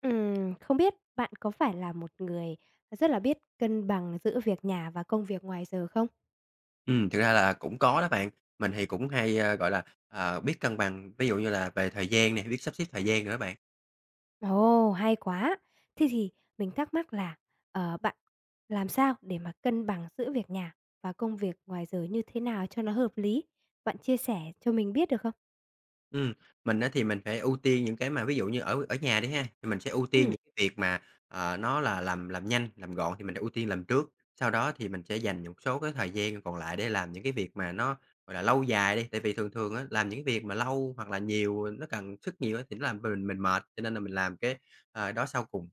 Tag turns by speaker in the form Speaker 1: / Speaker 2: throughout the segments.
Speaker 1: Không biết bạn có phải là một người rất là biết cân bằng giữa việc nhà và công việc ngoài giờ không?
Speaker 2: Thực ra là cũng có đó bạn. Mình thì cũng hay, gọi là, biết cân bằng, ví dụ như là về thời gian này biết sắp xếp thời gian nữa bạn.
Speaker 1: Ồ, hay quá! Thế thì mình thắc mắc là, bạn làm sao để mà cân bằng giữa việc nhà và công việc ngoài giờ như thế nào cho nó hợp lý? Bạn chia sẻ cho mình biết được không?
Speaker 2: Ừm, mình á thì mình phải ưu tiên những cái mà ví dụ như ở ở nhà đi ha, thì mình sẽ ưu tiên
Speaker 1: Ừm.
Speaker 2: những cái việc mà nó là làm nhanh, làm gọn thì mình ưu tiên làm trước. Sau đó thì mình sẽ dành một số cái thời gian còn lại để làm những cái việc mà nó, gọi là, lâu dài đi. Tại vì thường thường á, làm những cái việc mà lâu hoặc là nhiều, nó cần sức nhiều á thì nó làm mình mệt, cho nên là mình làm cái, đó sau cùng.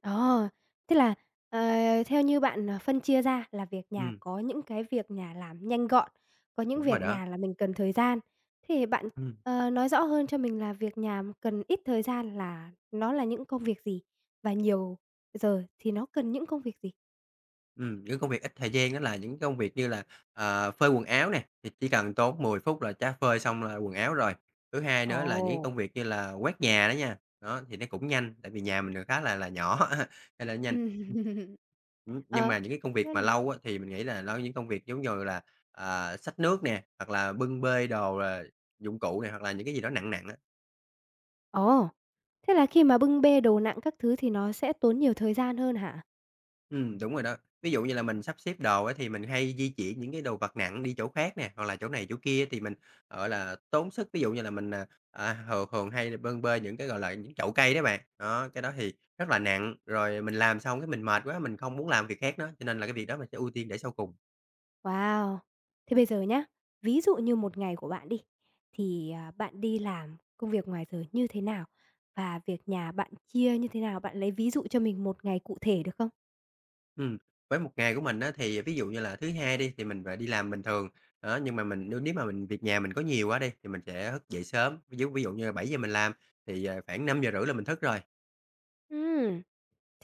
Speaker 1: Ờ, tức là, ờ, theo như bạn, phân chia ra là việc nhà
Speaker 2: Ừm,
Speaker 1: có những cái việc nhà làm nhanh gọn, có những
Speaker 2: đúng rồi
Speaker 1: việc
Speaker 2: đó.
Speaker 1: nhà là mình cần thời gian. Thế thì bạn,
Speaker 2: Ừm.
Speaker 1: nói rõ hơn cho mình là việc nhà mà cần ít thời gian là nó là những công việc gì? Và nhiều giờ thì nó cần những công việc gì?
Speaker 2: Những công việc ít thời gian đó là những công việc như là, phơi quần áo nè, thì chỉ cần tốn 10 phút là chá phơi xong là quần áo rồi. Thứ hai nữa là những công
Speaker 1: Ồ.
Speaker 2: việc như là quét nhà đó nha, đó, thì nó cũng nhanh, tại vì nhà mình khá là nhỏ nên là nhanh.
Speaker 1: Ừm.
Speaker 2: Ừm. Nhưng
Speaker 1: Ờ,
Speaker 2: mà những cái công việc
Speaker 1: cái
Speaker 2: mà
Speaker 1: này.
Speaker 2: lâu á, thì mình nghĩ là lâu những công việc giống như là, xách nước nè, hoặc là bưng bê đồ, là dụng cụ này hoặc là những cái gì đó nặng nặng á.
Speaker 1: Ồ, thế là khi mà bưng bê đồ nặng các thứ thì nó sẽ tốn nhiều thời gian hơn hả?
Speaker 2: Đúng rồi đó. Ví dụ như là mình sắp xếp đồ ấy thì mình hay di chuyển những cái đồ vật nặng đi chỗ khác nè, hoặc là chỗ này chỗ kia thì mình, gọi là, tốn sức. Ví dụ như là mình, thường thường hay là bâng bê những cái, gọi là, những chậu cây đó bạn, đó, cái đó thì rất là nặng, rồi mình làm xong cái mình mệt quá, mình không muốn làm việc khác nữa, cho nên là cái việc đó mình sẽ ưu tiên để sau cùng.
Speaker 1: Wow! Thế bây giờ nhá, ví dụ như một ngày của bạn đi, thì, bạn đi làm công việc ngoài giờ như thế nào? Và việc nhà bạn chia như thế nào? Bạn lấy ví dụ cho mình một ngày cụ thể được không?
Speaker 2: Ừm, với một ngày của mình á, thì ví dụ như là thứ Hai đi, thì mình phải đi làm bình thường, đó, nhưng mà mình nếu nếu mà mình việc nhà mình có nhiều quá đi, thì mình sẽ thức dậy sớm, ví dụ như là 7 giờ mình làm thì, khoảng 5 giờ rưỡi là mình thức rồi.
Speaker 1: Ừ.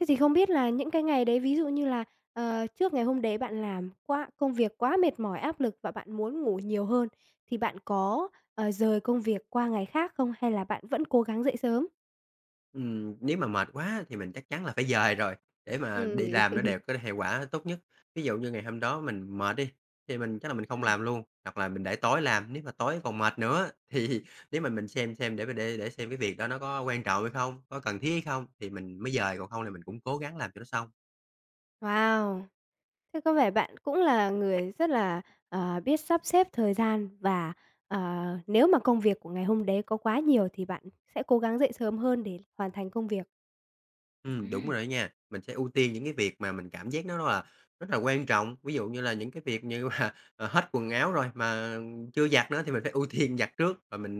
Speaker 1: Thế thì không biết là những cái ngày đấy, ví dụ như là, trước ngày hôm đấy bạn làm quá công việc quá mệt mỏi, áp lực và bạn muốn ngủ nhiều hơn, thì bạn có, dời công việc qua ngày khác không? Hay là bạn vẫn cố gắng dậy sớm?
Speaker 2: Nếu mà mệt quá thì mình chắc chắn là phải dời rồi, để
Speaker 1: Ừ.
Speaker 2: mà đi làm nó đều có hệ quả tốt nhất. Ví dụ như ngày hôm đó mình mệt đi, thì mình chắc là mình không
Speaker 1: Ừm.
Speaker 2: làm luôn, hoặc là mình để tối làm, nếu mà tối còn mệt nữa thì nếu mà mình xem để xem cái việc đó nó có quan trọng hay không, có cần thiết hay không thì mình mới dời, còn không là mình cũng cố gắng làm cho nó xong.
Speaker 1: Wow! Thế có vẻ bạn cũng là người rất là, biết sắp xếp thời gian và, nếu mà công việc của ngày hôm đấy có quá nhiều thì bạn sẽ cố gắng dậy sớm hơn để hoàn thành công việc.
Speaker 2: Đúng
Speaker 1: Ừm.
Speaker 2: rồi đó nha. Mình sẽ ưu tiên những cái việc mà mình cảm giác nó là rất là quan trọng, ví dụ như là những cái việc như mà, hết quần áo rồi mà chưa giặt nữa thì mình phải ưu tiên giặt trước, và mình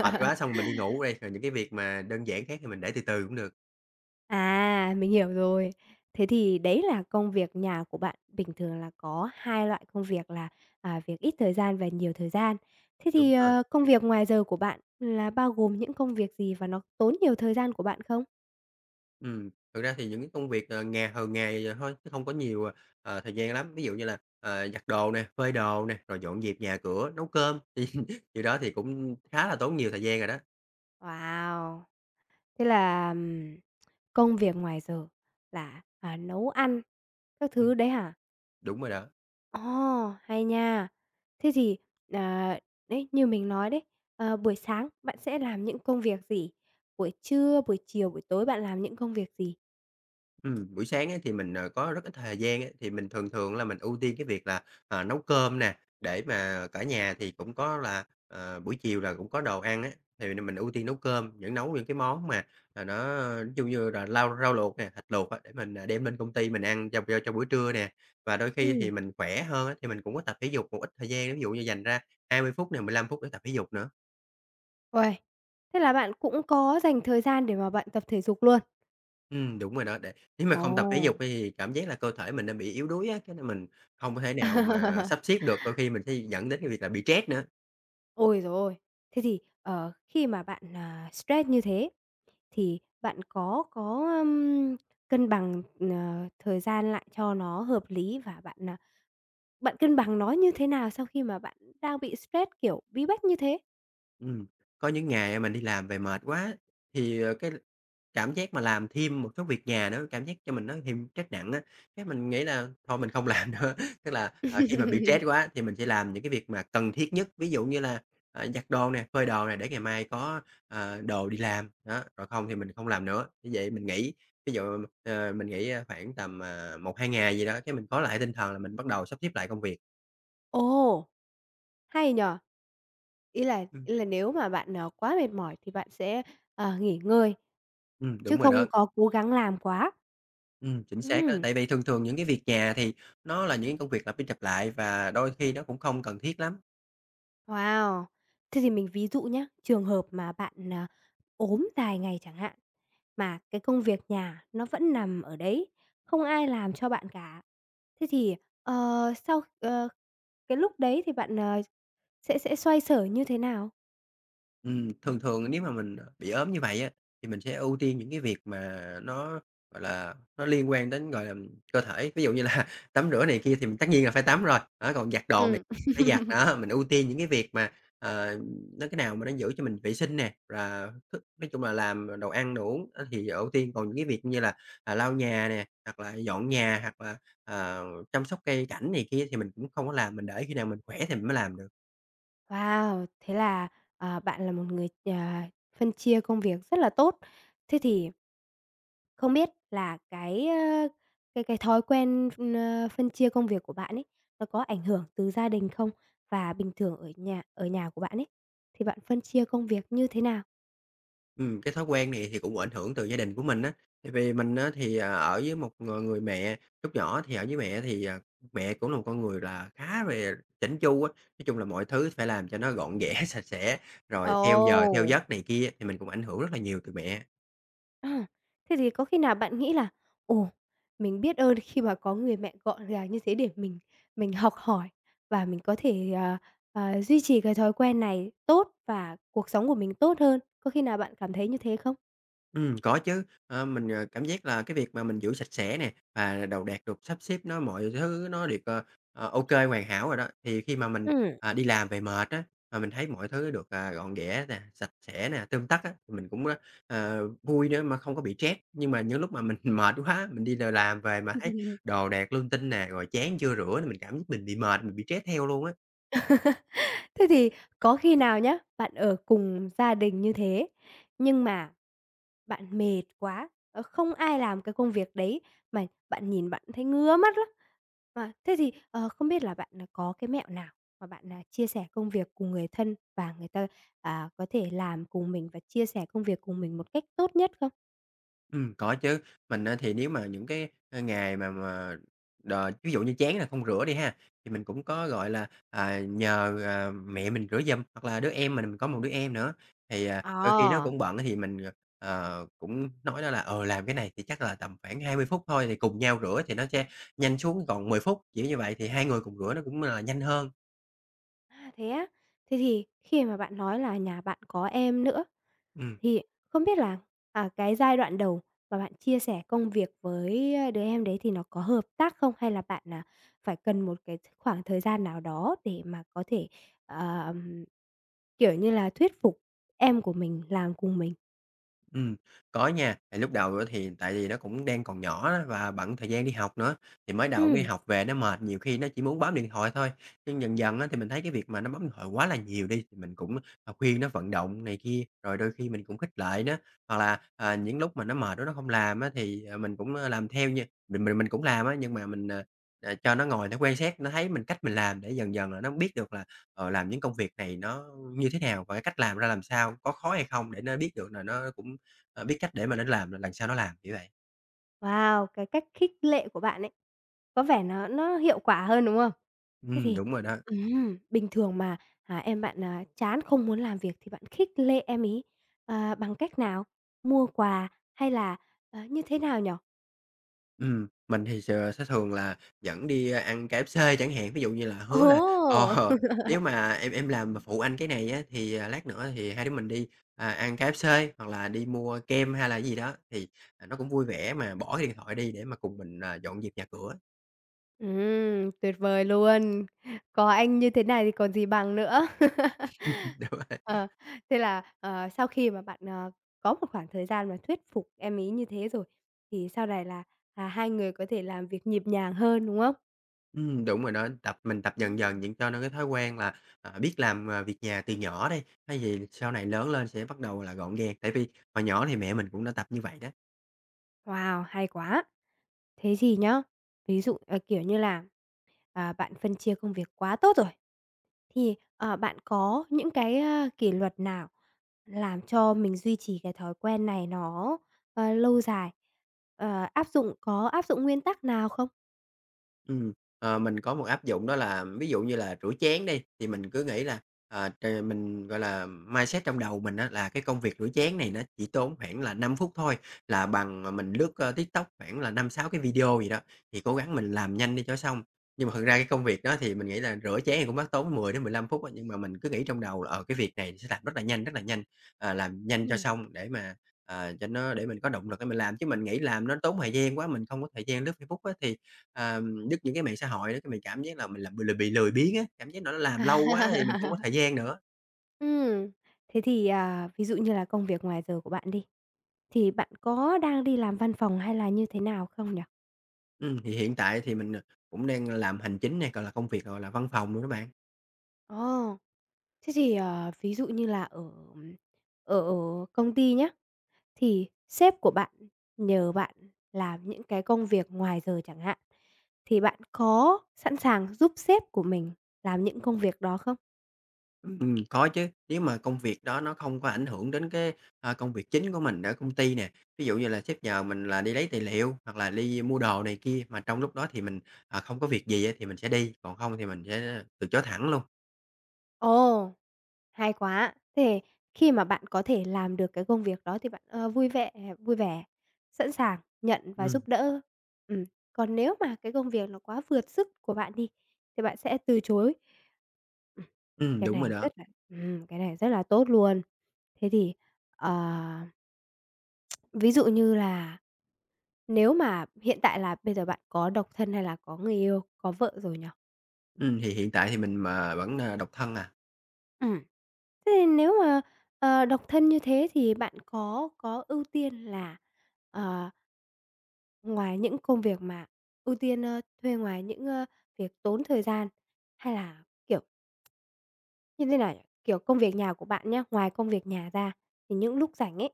Speaker 2: mệt quá xong mình đi ngủ đây rồi những cái việc mà đơn giản khác thì mình để từ từ cũng được.
Speaker 1: À, mình hiểu rồi. Thế thì đấy là công việc nhà của bạn, bình thường là có 2 loại công việc là, việc ít thời gian và nhiều thời gian. Thế
Speaker 2: Đúng
Speaker 1: thì,
Speaker 2: rồi,
Speaker 1: công việc ngoài giờ của bạn là bao gồm những công việc gì và nó tốn nhiều thời gian của bạn không?
Speaker 2: thực ra thì những cái công việc, nhà hàng ngày vậy thôi, chứ không có nhiều, thời gian lắm. Ví dụ như là, giặt đồ nè, phơi đồ nè, rồi dọn dẹp nhà cửa, nấu cơm, thì đó thì cũng khá là tốn nhiều thời gian rồi đó.
Speaker 1: Wow! Thế là, công việc ngoài giờ là, nấu ăn các
Speaker 2: Ừm,
Speaker 1: thứ đấy hả?
Speaker 2: đúng rồi đó.
Speaker 1: Ồ, hay nha. Thế thì, à, đấy, như mình nói đấy, buổi sáng bạn sẽ làm những công việc gì? Buổi trưa, buổi chiều, buổi tối bạn làm những công việc gì?
Speaker 2: Buổi sáng á thì mình, có rất ít thời gian á, thì mình thường thường là mình ưu tiên cái việc là, nấu cơm nè, để mà cả nhà thì cũng có là, buổi chiều là cũng có đồ ăn á, thì mình ưu tiên nấu cơm, nấu những cái món mà, nó nói chung như là lau rau luộc nè, thịt luộc á, để mình, đem lên công ty mình ăn cho buổi trưa nè. Và đôi khi thì
Speaker 1: Ừm,
Speaker 2: mình khỏe hơn á, thì mình cũng có tập thể dục một ít thời gian, ví dụ như dành ra 20 phút nè, 15 phút để tập thể dục nữa.
Speaker 1: uầy, thế là bạn cũng có dành thời gian để mà bạn tập thể dục luôn?
Speaker 2: Đúng rồi đó, để nếu mà
Speaker 1: Ồ.
Speaker 2: không tập thể dục thì cảm giác là cơ thể mình đang bị yếu đuối á, cái nên mình không có thể nào mà sắp xếp được, đôi khi mình sẽ dẫn đến cái việc là bị stress nữa.
Speaker 1: Ôi rồi. Thế thì, khi mà bạn, stress như thế thì bạn có, cân bằng, thời gian lại cho nó hợp lý và bạn, bạn cân bằng nó như thế nào sau khi mà bạn đang bị stress, kiểu, bí bách như thế?
Speaker 2: Ừm, có những ngày, mình đi làm về mệt quá thì, cái cảm giác mà làm thêm một số việc nhà nữa, cảm giác cho mình nó thêm trách nặng á, cái mình nghĩ là thôi mình không làm nữa. Tức là, khi mà bị stress quá thì mình sẽ làm những cái việc mà cần thiết nhất, ví dụ như là, giặt đồ nè, phơi đồ nè để ngày mai có, đồ đi làm, đó, rồi không thì mình không làm nữa. Như vậy mình nghỉ, ví dụ, mình nghỉ, khoảng tầm, 1-2 ngày gì đó, cái mình có lại tinh thần là mình bắt đầu sắp xếp lại công việc.
Speaker 1: Ồ, hay nhỉ! Ý là
Speaker 2: Ừm,
Speaker 1: ý là nếu mà bạn, quá mệt mỏi thì bạn sẽ, nghỉ ngơi, chứ
Speaker 2: đúng rồi đó.
Speaker 1: không có cố gắng làm quá.
Speaker 2: Chính xác đó.
Speaker 1: Ừm.
Speaker 2: Tại vì thường thường những cái việc nhà thì nó là những công việc lặp đi lặp lại và đôi khi nó cũng không cần thiết lắm.
Speaker 1: Wow! Thế thì mình ví dụ nhé. Trường hợp mà bạn, ốm dài ngày chẳng hạn, mà cái công việc nhà nó vẫn nằm ở đấy, không ai làm cho bạn cả. Thế thì, ờ, sau ờ, cái lúc đấy thì bạn, sẽ xoay sở như thế nào?
Speaker 2: Thường thường nếu mà mình, bị ốm như vậy á, thì mình sẽ ưu tiên những cái việc mà nó, gọi là, nó liên quan đến, gọi là, cơ thể. Ví dụ như là tắm rửa này kia thì mình tất nhiên là phải tắm rồi, đó, còn giặt đồ này
Speaker 1: Ừm.
Speaker 2: phải giặt. Đó, mình ưu tiên những cái việc mà, ờ, nó cái nào mà nó giữ cho mình vệ sinh nè, và thức nói chung là làm đồ ăn, đồ uống á thì ưu tiên. Còn những cái việc như là, lau nhà nè, hoặc là dọn nhà, hoặc là, ờ, chăm sóc cây cảnh này kia thì mình cũng không có làm, mình để khi nào mình khỏe thì mình mới làm được.
Speaker 1: Wow! Thế là, bạn là một người, phân chia công việc rất là tốt. Thế thì không biết là cái, cái thói quen phân chia công việc của bạn ấy, nó có ảnh hưởng từ gia đình không? Và bình thường ở nhà của bạn ấy, thì bạn phân chia công việc như thế nào?
Speaker 2: Cái thói quen này thì cũng ảnh hưởng từ gia đình của mình á, tại vì mình á thì, ở với một, người mẹ, lúc nhỏ thì ở với mẹ thì, mẹ cũng là một con người là khá về chỉnh chu á, nói chung là mọi thứ phải làm cho nó gọn ghẽ, sạch sẽ, rồi theo giờ theo
Speaker 1: Ồ!
Speaker 2: giấc này kia, thì mình cũng ảnh hưởng rất là nhiều từ mẹ.
Speaker 1: À, thế thì có khi nào bạn nghĩ là "Ồ, mình biết ơn khi mà có người mẹ gọn gàng như thế để mình học hỏi và mình có thể, duy trì cái thói quen này tốt và cuộc sống của mình tốt hơn." Có khi nào bạn cảm thấy như thế không?
Speaker 2: Có chứ. Ờ, mình, cảm giác là cái việc mà mình giữ sạch sẽ nè, và đồ đạc được sắp xếp nó mọi thứ nó được, ô kê, hoàn hảo rồi đó, thì khi mà mình,
Speaker 1: Ừ.
Speaker 2: đi làm về mệt á, mà mình thấy mọi thứ được, gọn ghẽ nè, sạch sẽ nè, tươm tất á, thì mình cũng, vui nữa mà không có bị stress. Nhưng mà những lúc mà mình mệt quá, mình đi l làm về mà thấy đồ đạc linh tinh nè, rồi chén chưa rửa thì mình cảm giác mình bị mệt, mình bị stress theo luôn á.
Speaker 1: Thế thì có khi nào nhá, bạn ở cùng gia đình như thế, nhưng mà bạn mệt quá, không ai làm cái công việc đấy mà bạn nhìn bạn thấy ngứa mắt lắm. Mà thế thì, không biết là bạn, có cái mẹo nào mà bạn, là chia sẻ công việc cùng người thân và người ta, có thể làm cùng mình và chia sẻ công việc cùng mình một cách tốt nhất không?
Speaker 2: Có chứ. Mình á thì nếu mà những cái, ngày mà đ ví dụ như chén là không rửa đi ha, thì mình cũng có, gọi là, nhờ, mẹ mình rửa giùm, hoặc là đứa em mình có một đứa em nữa, thì, đôi khi nó
Speaker 1: Ờ,
Speaker 2: cũng bận thì mình, cũng nói nó là "Ờ, làm cái này thì chắc là tầm khoảng 20 phút thôi", thì cùng nhau rửa thì nó sẽ nhanh xuống còn 10 phút, kiểu như vậy, thì hai người cùng rửa nó cũng là nhanh hơn.
Speaker 1: thế á? Thế thì khi mà bạn nói là nhà bạn có em nữa,
Speaker 2: Ừm.
Speaker 1: thì không biết là, cái giai đoạn đầu mà bạn chia sẻ công việc với, đứa em đấy thì nó có hợp tác không? Hay là bạn, là phải cần một cái khoảng thời gian nào đó để mà có thể, ờm, kiểu như là, thuyết phục em của mình làm cùng mình?
Speaker 2: Ừm, có nha. Thì lúc đầu á thì tại vì nó cũng đang còn nhỏ á và bận thời gian đi học nữa, thì mới đầu đi
Speaker 1: Ừm.
Speaker 2: học về nó mệt, nhiều khi nó chỉ muốn bấm điện thoại thôi. Nhưng dần dần á thì mình thấy cái việc mà nó bấm điện thoại quá là nhiều đi, thì mình cũng, khuyên nó vận động này kia, rồi đôi khi mình cũng khích lệ nó. Hoặc là, những lúc mà nó mệt đó nó không làm á thì, mình cũng, làm theo nha. Mình cũng làm á, nhưng mà mình, cho nó ngồi nó quan sát, nó thấy mình cách mình làm để dần dần là nó biết được là, làm những công việc này nó như thế nào và cái cách làm ra làm sao, có khó hay không để nó biết được là nó cũng biết cách để mà nó làm là lần sau nó làm, kiểu vậy.
Speaker 1: Wow, cái cách khích lệ của bạn ấy, có vẻ nó hiệu quả hơn, đúng không? Thế thì
Speaker 2: Đúng rồi đó.
Speaker 1: bình thường mà, em bạn, chán không muốn làm việc thì bạn khích lệ em ý bằng cách nào? Mua quà hay là, như thế nào nhở?
Speaker 2: Mình thì sẽ thường là dẫn đi ăn KFC chẳng hạn, ví dụ như là hứa là
Speaker 1: Ồ!
Speaker 2: "Ờ, nếu mà em làm mà phụ anh cái này á, thì, lát nữa thì hai đứa mình đi, ăn KFC hoặc là đi mua kem hay là cái gì đó." Thì, nó cũng vui vẻ mà bỏ cái điện thoại đi để mà cùng mình, dọn dẹp nhà cửa.
Speaker 1: Tuyệt vời luôn! Có anh như thế này thì còn gì bằng nữa.
Speaker 2: Đúng rồi.
Speaker 1: Ờ, thế là, sau khi mà bạn, có một khoảng thời gian mà thuyết phục em ý như thế rồi, thì sau này là, hai người có thể làm việc nhịp nhàng hơn, đúng không?
Speaker 2: Đúng rồi đó, tập mình tập dần dần
Speaker 1: Ừm.
Speaker 2: những cho nó cái thói quen là, biết làm, việc nhà từ nhỏ đi, hay gì sau này lớn lên sẽ bắt đầu là gọn gàng. Tại vì hồi nhỏ thì mẹ mình cũng đã tập như vậy đó.
Speaker 1: Wow, hay quá! Thế gì nhá, ví dụ, kiểu như là, bạn phân chia công việc quá tốt rồi, thì, bạn có những cái, kỷ luật nào làm cho mình duy trì cái thói quen này nó, lâu dài. Ờ, áp dụng có áp dụng nguyên tắc nào không?
Speaker 2: Ừm, mình có một áp dụng đó là ví dụ như là rửa chén đi, thì mình cứ nghĩ là, trời, mình, gọi là, mindset trong đầu mình á là cái công việc rửa chén này nó chỉ tốn khoảng là 5 phút thôi, là bằng mà mình lướt, TikTok khoảng là 5 6 cái video gì đó, thì cố gắng mình làm nhanh đi cho xong. Nhưng mà thực ra cái công việc đó thì mình nghĩ là rửa chén thì cũng mất tốn 10 đến 15 phút á, nhưng mà mình cứ nghĩ trong đầu là, cái việc này sẽ làm rất là nhanh, làm nhanh
Speaker 1: Ừ.
Speaker 2: cho xong để mà, cho nó để mình có động lực để mình làm. Chứ mình nghĩ làm nó tốn thời gian quá, mình không có thời gian lướt Facebook á thì lướt những cái mạng xã hội đó, cái mình cảm giác là mình là bị lười biếng á, cảm giác nó làm lâu quá thì mình không có thời gian nữa.
Speaker 1: Ừm, thế thì, ví dụ như là công việc ngoài giờ của bạn đi, thì bạn có đang đi làm văn phòng hay là như thế nào không nhỉ?
Speaker 2: Thì hiện tại thì mình, cũng đang làm hành chính này, gọi là, công việc, gọi là, văn phòng luôn các bạn.
Speaker 1: Ồ, thế thì, ví dụ như là ở ở ở công ty nhá, thì sếp của bạn nhờ bạn làm những cái công việc ngoài giờ chẳng hạn, thì bạn có sẵn sàng giúp sếp của mình làm những công việc đó không?
Speaker 2: Có chứ, nếu mà công việc đó nó không có ảnh hưởng đến cái, công việc chính của mình ở công ty nè, ví dụ như là sếp nhờ mình là đi lấy tài liệu hoặc là đi mua đồ này kia, mà trong lúc đó thì mình, không có việc gì á thì mình sẽ đi, còn không thì mình sẽ từ chối thẳng luôn.
Speaker 1: Ồ, hay quá! Thế khi mà bạn có thể làm được cái công việc đó thì bạn, vui vẻ, sẵn sàng nhận và
Speaker 2: Ừm,
Speaker 1: giúp đỡ. Ừm, còn nếu mà cái công việc nó quá vượt sức của bạn đi, thì bạn sẽ từ chối. Ừm, cái
Speaker 2: đúng rồi
Speaker 1: này
Speaker 2: đó.
Speaker 1: rất là cái này rất là tốt luôn. Thế thì, ờ Ví dụ như là nếu mà hiện tại là bây giờ bạn có độc thân hay là có người yêu, có vợ rồi nhỉ?
Speaker 2: Thì hiện tại thì mình mà vẫn, độc thân à.
Speaker 1: Ừm. Thế thì nếu mà, độc thân như thế thì bạn có ưu tiên là, ờ, ngoài những công việc mà ưu tiên, thuê ngoài những, việc tốn thời gian hay là, kiểu, như thế nào nhỉ? Kiểu, công việc nhà của bạn nhá, ngoài công việc nhà ra thì những lúc rảnh ấy,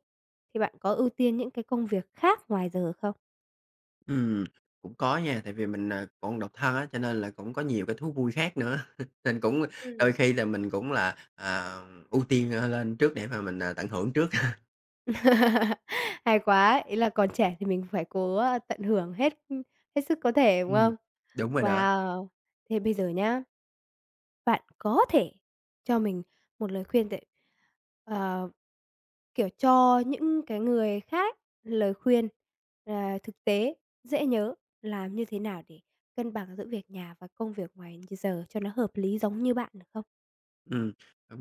Speaker 1: thì bạn có ưu tiên những cái công việc khác ngoài giờ không?
Speaker 2: Ừm, cũng có nha, tại vì mình, còn độc thân á, cho nên là cũng có nhiều cái thú vui khác nữa, nên cũng đôi khi
Speaker 1: Ừm.
Speaker 2: là mình cũng là, ưu tiên, lên trước để mà mình, tận hưởng trước.
Speaker 1: Hay quá, ý là còn trẻ thì mình phải cố, tận hưởng hết, hết sức có thể, đúng
Speaker 2: Ừm,
Speaker 1: không?
Speaker 2: đúng rồi đó.
Speaker 1: Wow! Thế bây giờ nhá, bạn có thể cho mình một lời khuyên để, ờ, kiểu, cho những cái người khác lời khuyên, ờ, thực tế, dễ nhớ, làm như thế nào để cân bằng giữa việc nhà và công việc ngoài giờ cho nó hợp lý giống như bạn được không?
Speaker 2: Ừm,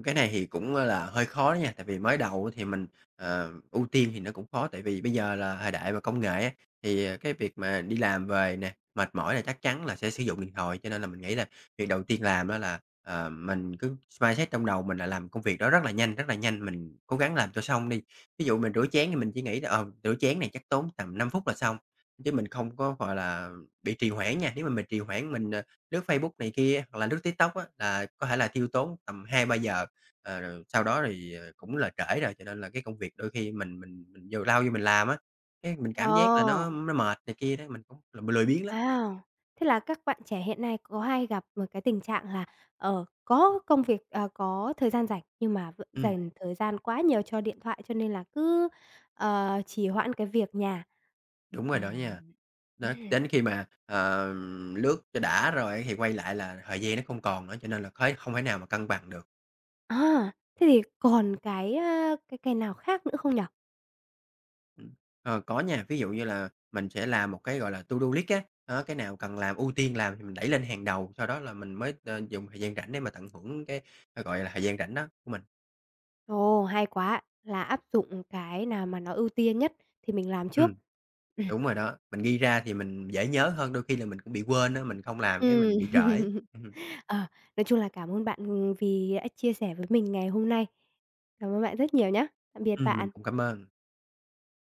Speaker 2: cái này thì cũng, là hơi khó đó nha, tại vì mới đầu thì mình, ưu tiên thì nó cũng khó, tại vì bây giờ là thời đại mà công nghệ á, thì, cái việc mà đi làm về nè, mệt mỏi là chắc chắn là sẽ sử dụng điện thoại. Cho nên là mình nghĩ là việc đầu tiên làm đó là, mình cứ mindset trong đầu mình là làm công việc đó rất là nhanh, mình cố gắng làm cho xong đi. Ví dụ mình rửa chén thì mình chỉ nghĩ là, rửa chén này chắc tốn tầm 5 phút là xong, chứ mình không có, gọi là, bị trì hoãn nha. Nếu mà mình trì hoãn mình, lướt Facebook này kia hoặc là lướt TikTok á, là có thể là tiêu tốn tầm hai ba giờ, rồi sau đó thì, cũng là trễ rồi, cho nên là cái công việc đôi khi mình vô lao vô mình làm á, cái mình
Speaker 1: Ờ.
Speaker 2: cảm giác là nó mệt này kia đấy mình cũng là lười biếng lắm.
Speaker 1: Wow! Thế là các bạn trẻ hiện nay có hay gặp một cái tình trạng là, có công việc, có thời gian rảnh nhưng mà vẫn
Speaker 2: Ừm,
Speaker 1: dành thời gian quá nhiều cho điện thoại, cho nên là cứ, trì hoãn cái việc nhà.
Speaker 2: đúng rồi đó
Speaker 1: À.
Speaker 2: nha. Đó,
Speaker 1: Ừm.
Speaker 2: đến khi mà, lướt cho đã rồi thì quay lại là thời gian nó không còn nữa, cho nên là khói không thể nào mà cân bằng được.
Speaker 1: À, thế thì còn cái, cái nào khác nữa không nhỉ?
Speaker 2: Ừm, có nha, ví dụ như là mình sẽ làm một cái, gọi là, to do list á, đó, cái nào cần làm, ưu tiên làm thì mình đẩy lên hàng đầu, sau đó là mình mới, dùng thời gian rảnh để mà tận hưởng cái, gọi là, thời gian rảnh đó của mình.
Speaker 1: Ồ, hay quá, là áp dụng cái nào mà nó ưu tiên nhất thì mình làm trước.
Speaker 2: Ừm,
Speaker 1: Ừm.
Speaker 2: đúng rồi đó, mình ghi ra thì mình dễ nhớ hơn, đôi khi là mình cũng bị quên á, mình không làm cái
Speaker 1: Ừm.
Speaker 2: mình bị trễ.
Speaker 1: Ờ, nói chung là cảm ơn bạn, vì đã chia sẻ với mình ngày hôm nay. Cảm ơn bạn rất nhiều nhé. Tạm biệt
Speaker 2: Mình
Speaker 1: bạn.
Speaker 2: cũng cảm ơn.